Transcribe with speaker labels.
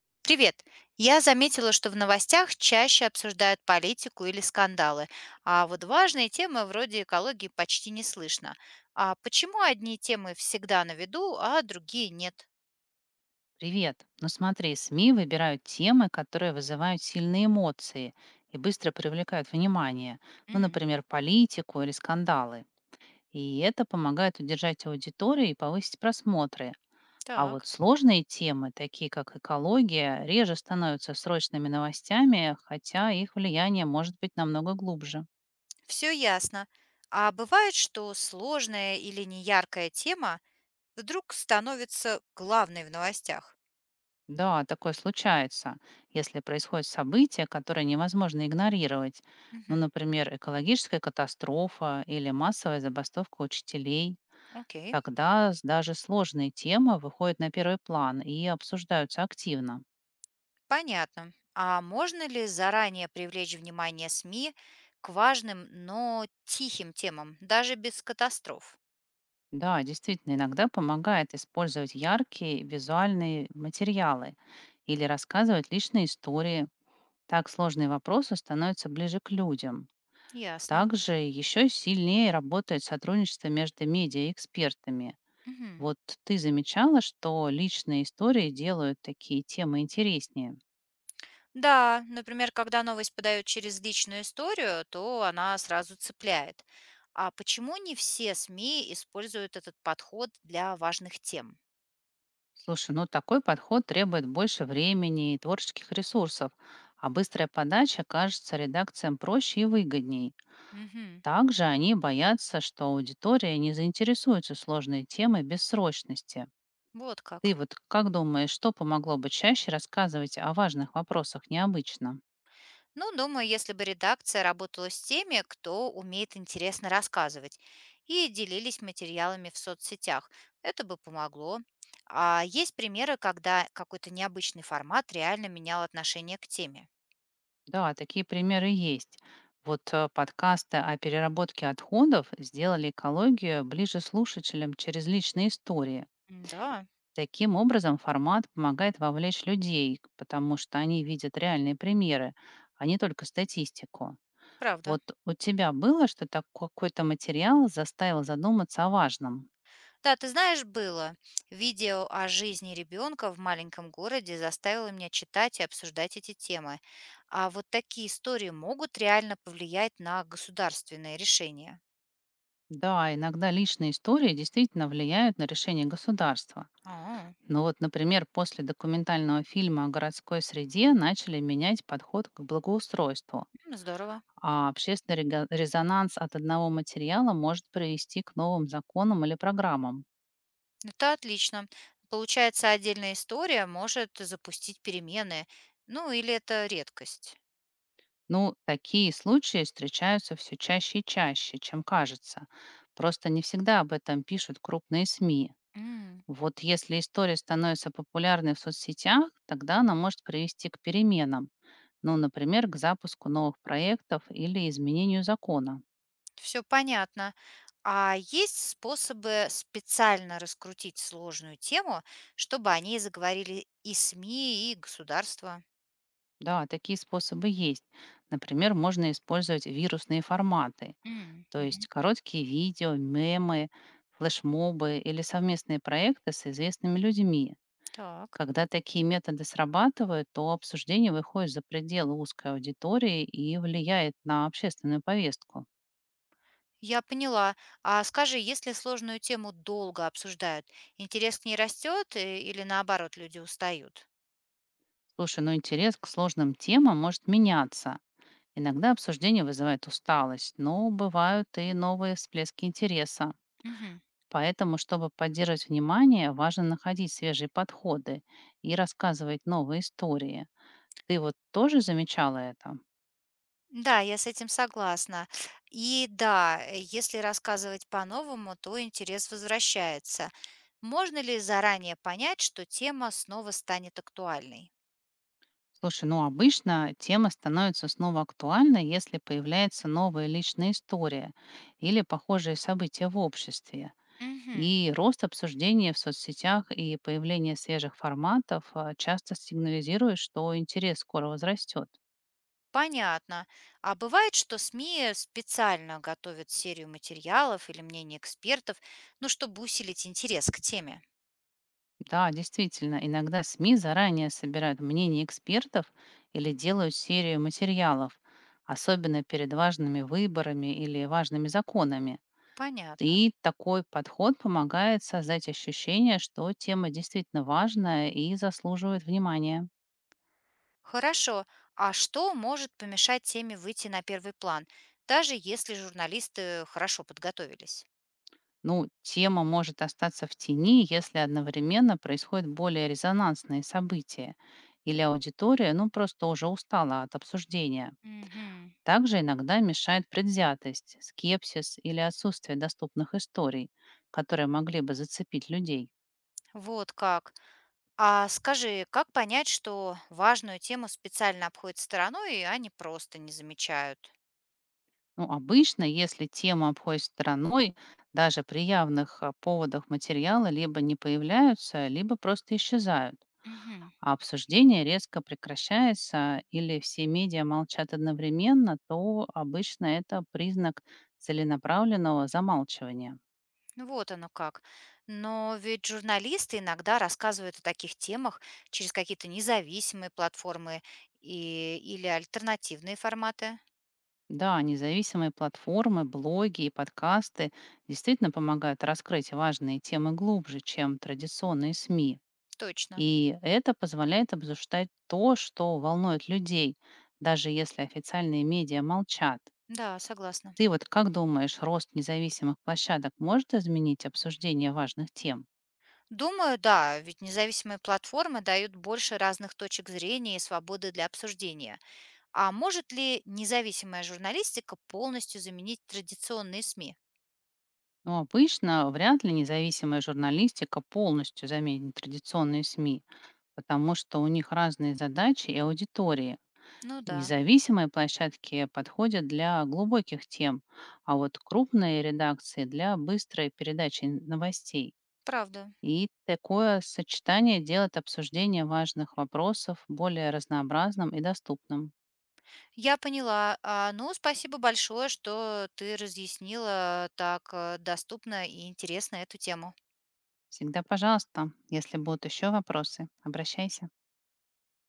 Speaker 1: Привет! Я заметила, что в новостях чаще обсуждают политику или скандалы, а вот важные темы вроде экологии почти не слышно. А почему одни темы всегда на виду, а другие нет?
Speaker 2: Привет. Ну смотри, СМИ выбирают темы, которые вызывают сильные эмоции и быстро привлекают внимание. Ну,
Speaker 1: М,
Speaker 2: например, политику или скандалы. И это помогает удержать аудиторию и повысить просмотры. А вот
Speaker 1: так,
Speaker 2: сложные темы, такие как экология, реже становятся срочными новостями, хотя их влияние может быть намного глубже.
Speaker 1: все ясно. А бывает, что сложная или неяркая тема вдруг становится главной в новостях?
Speaker 2: Да, такое случается, если происходит событие, которое невозможно игнорировать. Ну,
Speaker 1: Мгм,
Speaker 2: например, экологическая катастрофа или массовая забастовка учителей.
Speaker 1: окей.
Speaker 2: Тогда даже сложные темы выходят на первый план и обсуждаются активно.
Speaker 1: Понятно. А можно ли заранее привлечь внимание СМИ к важным, но тихим темам, даже без катастроф?
Speaker 2: Да, действительно, иногда помогает использовать яркие визуальные материалы или рассказывать личные истории. Так сложные вопросы становятся ближе к людям.
Speaker 1: Ясно.
Speaker 2: Также еще сильнее работает сотрудничество между медиа и экспертами.
Speaker 1: Мгм.
Speaker 2: Вот ты замечала, что личные истории делают такие темы интереснее.
Speaker 1: Да, например, когда новость подают через личную историю, то она сразу цепляет. А почему не все СМИ используют этот подход для важных тем?
Speaker 2: Слушай, ну такой подход требует больше времени и творческих ресурсов, а быстрая подача кажется редакциям проще и выгодней.
Speaker 1: Мгм.
Speaker 2: Также они боятся, что аудитория не заинтересуется сложной темой без срочности.
Speaker 1: Вот
Speaker 2: Ты
Speaker 1: как.
Speaker 2: вот как думаешь, что помогло бы чаще рассказывать о важных вопросах необычно?
Speaker 1: Ну, думаю, если бы редакция работала с теми, кто умеет интересно рассказывать, и делились материалами в соцсетях, это бы помогло. А есть примеры, когда какой-то необычный формат реально менял отношение к теме.
Speaker 2: Да, такие примеры есть. Вот подкасты о переработке отходов сделали экологию ближе слушателям через личные истории.
Speaker 1: М, да,
Speaker 2: Таким образом, формат помогает вовлечь людей, потому что они видят реальные примеры, а не только статистику.
Speaker 1: правда.
Speaker 2: Вот у тебя было, что какой-то материал заставил задуматься о важном?
Speaker 1: Да, ты знаешь, было. Видео о жизни ребенка в маленьком городе заставило меня читать и обсуждать эти темы. А вот такие истории могут реально повлиять на государственные решения.
Speaker 2: Да, иногда личные истории действительно влияют на решение государства.
Speaker 1: А,
Speaker 2: Ну вот, например, после документального фильма о городской среде начали менять подход к благоустройству,
Speaker 1: м, здорово.
Speaker 2: а общественный резонанс от одного материала может привести к новым законам или программам.
Speaker 1: Это отлично. Получается, отдельная история может запустить перемены. Ну, или это редкость.
Speaker 2: Ну, такие случаи встречаются все чаще и чаще, чем кажется. Просто не всегда об этом пишут крупные СМИ. Вот если история становится популярной в соцсетях, тогда она может привести к переменам, ну, например, к запуску новых проектов или изменению закона.
Speaker 1: Все понятно. А есть способы специально раскрутить сложную тему, чтобы о ней заговорили и СМИ, и государство?
Speaker 2: Да, такие способы есть. Например, можно использовать вирусные форматы,
Speaker 1: М,
Speaker 2: то
Speaker 1: мгм.
Speaker 2: есть короткие видео, мемы, флешмобы или совместные проекты с известными людьми.
Speaker 1: Так.
Speaker 2: Когда такие методы срабатывают, то обсуждение выходит за пределы узкой аудитории и влияет на общественную повестку.
Speaker 1: Я поняла. А скажи, если сложную тему долго обсуждают, интерес к ней растет или наоборот люди устают?
Speaker 2: Слушай, ну интерес к сложным темам может меняться. Иногда обсуждение вызывает усталость, но бывают и новые всплески интереса.
Speaker 1: Мгм.
Speaker 2: Поэтому, чтобы поддерживать внимание, важно находить свежие подходы и рассказывать новые истории. Ты вот тоже замечала это?
Speaker 1: Да, я с этим согласна. И да, если рассказывать по-новому, то интерес возвращается. Можно ли заранее понять, что тема снова станет актуальной?
Speaker 2: Слушай, ну обычно тема становится снова актуальной, если появляется новая личная история или похожие события в обществе.
Speaker 1: Мгм.
Speaker 2: И рост обсуждения в соцсетях и появление свежих форматов часто сигнализирует, что интерес скоро возрастет.
Speaker 1: Понятно. А бывает, что СМИ специально готовят серию материалов или мнений экспертов, ну, чтобы усилить интерес к теме?
Speaker 2: Да, действительно, иногда СМИ заранее собирают мнение экспертов или делают серию материалов, особенно перед важными выборами или важными законами.
Speaker 1: Понятно.
Speaker 2: И такой подход помогает создать ощущение, что тема действительно важная и заслуживает внимания.
Speaker 1: Хорошо. А что может помешать теме выйти на первый план, даже если журналисты хорошо подготовились?
Speaker 2: Ну, тема может остаться в тени, если одновременно происходят более резонансные события, или аудитория, ну, просто уже устала от обсуждения.
Speaker 1: Мгм.
Speaker 2: Также иногда мешает предвзятость, скепсис или отсутствие доступных историй, которые могли бы зацепить людей.
Speaker 1: Вот как. А скажи, как понять, что важную тему специально обходят стороной, и они просто не замечают?
Speaker 2: Ну, обычно, если тему обходит стороной, даже при явных поводах материала либо не появляются, либо просто исчезают.
Speaker 1: Мгм.
Speaker 2: А обсуждение резко прекращается или все медиа молчат одновременно, то обычно это признак целенаправленного замалчивания.
Speaker 1: Ну, вот оно как. Но ведь журналисты иногда рассказывают о таких темах через какие-то независимые платформы и, или альтернативные форматы.
Speaker 2: Да, независимые платформы, блоги и подкасты действительно помогают раскрыть важные темы глубже, чем традиционные СМИ.
Speaker 1: Точно.
Speaker 2: И это позволяет обсуждать то, что волнует людей, даже если официальные медиа молчат.
Speaker 1: Да, согласна.
Speaker 2: Ты вот как думаешь, рост независимых площадок может изменить обсуждение важных тем?
Speaker 1: Думаю, да, ведь независимые платформы дают больше разных точек зрения и свободы для обсуждения. А может ли независимая журналистика полностью заменить традиционные СМИ?
Speaker 2: Ну, обычно вряд ли независимая журналистика полностью заменит традиционные СМИ, потому что у них разные задачи и аудитории.
Speaker 1: Ну да,
Speaker 2: Независимые площадки подходят для глубоких тем, а вот крупные редакции для быстрой передачи новостей.
Speaker 1: правда.
Speaker 2: И такое сочетание делает обсуждение важных вопросов более разнообразным и доступным.
Speaker 1: Я поняла. А, ну, спасибо большое, что ты разъяснила так доступно и интересно эту тему.
Speaker 2: Всегда, пожалуйста, если будут еще вопросы, обращайся.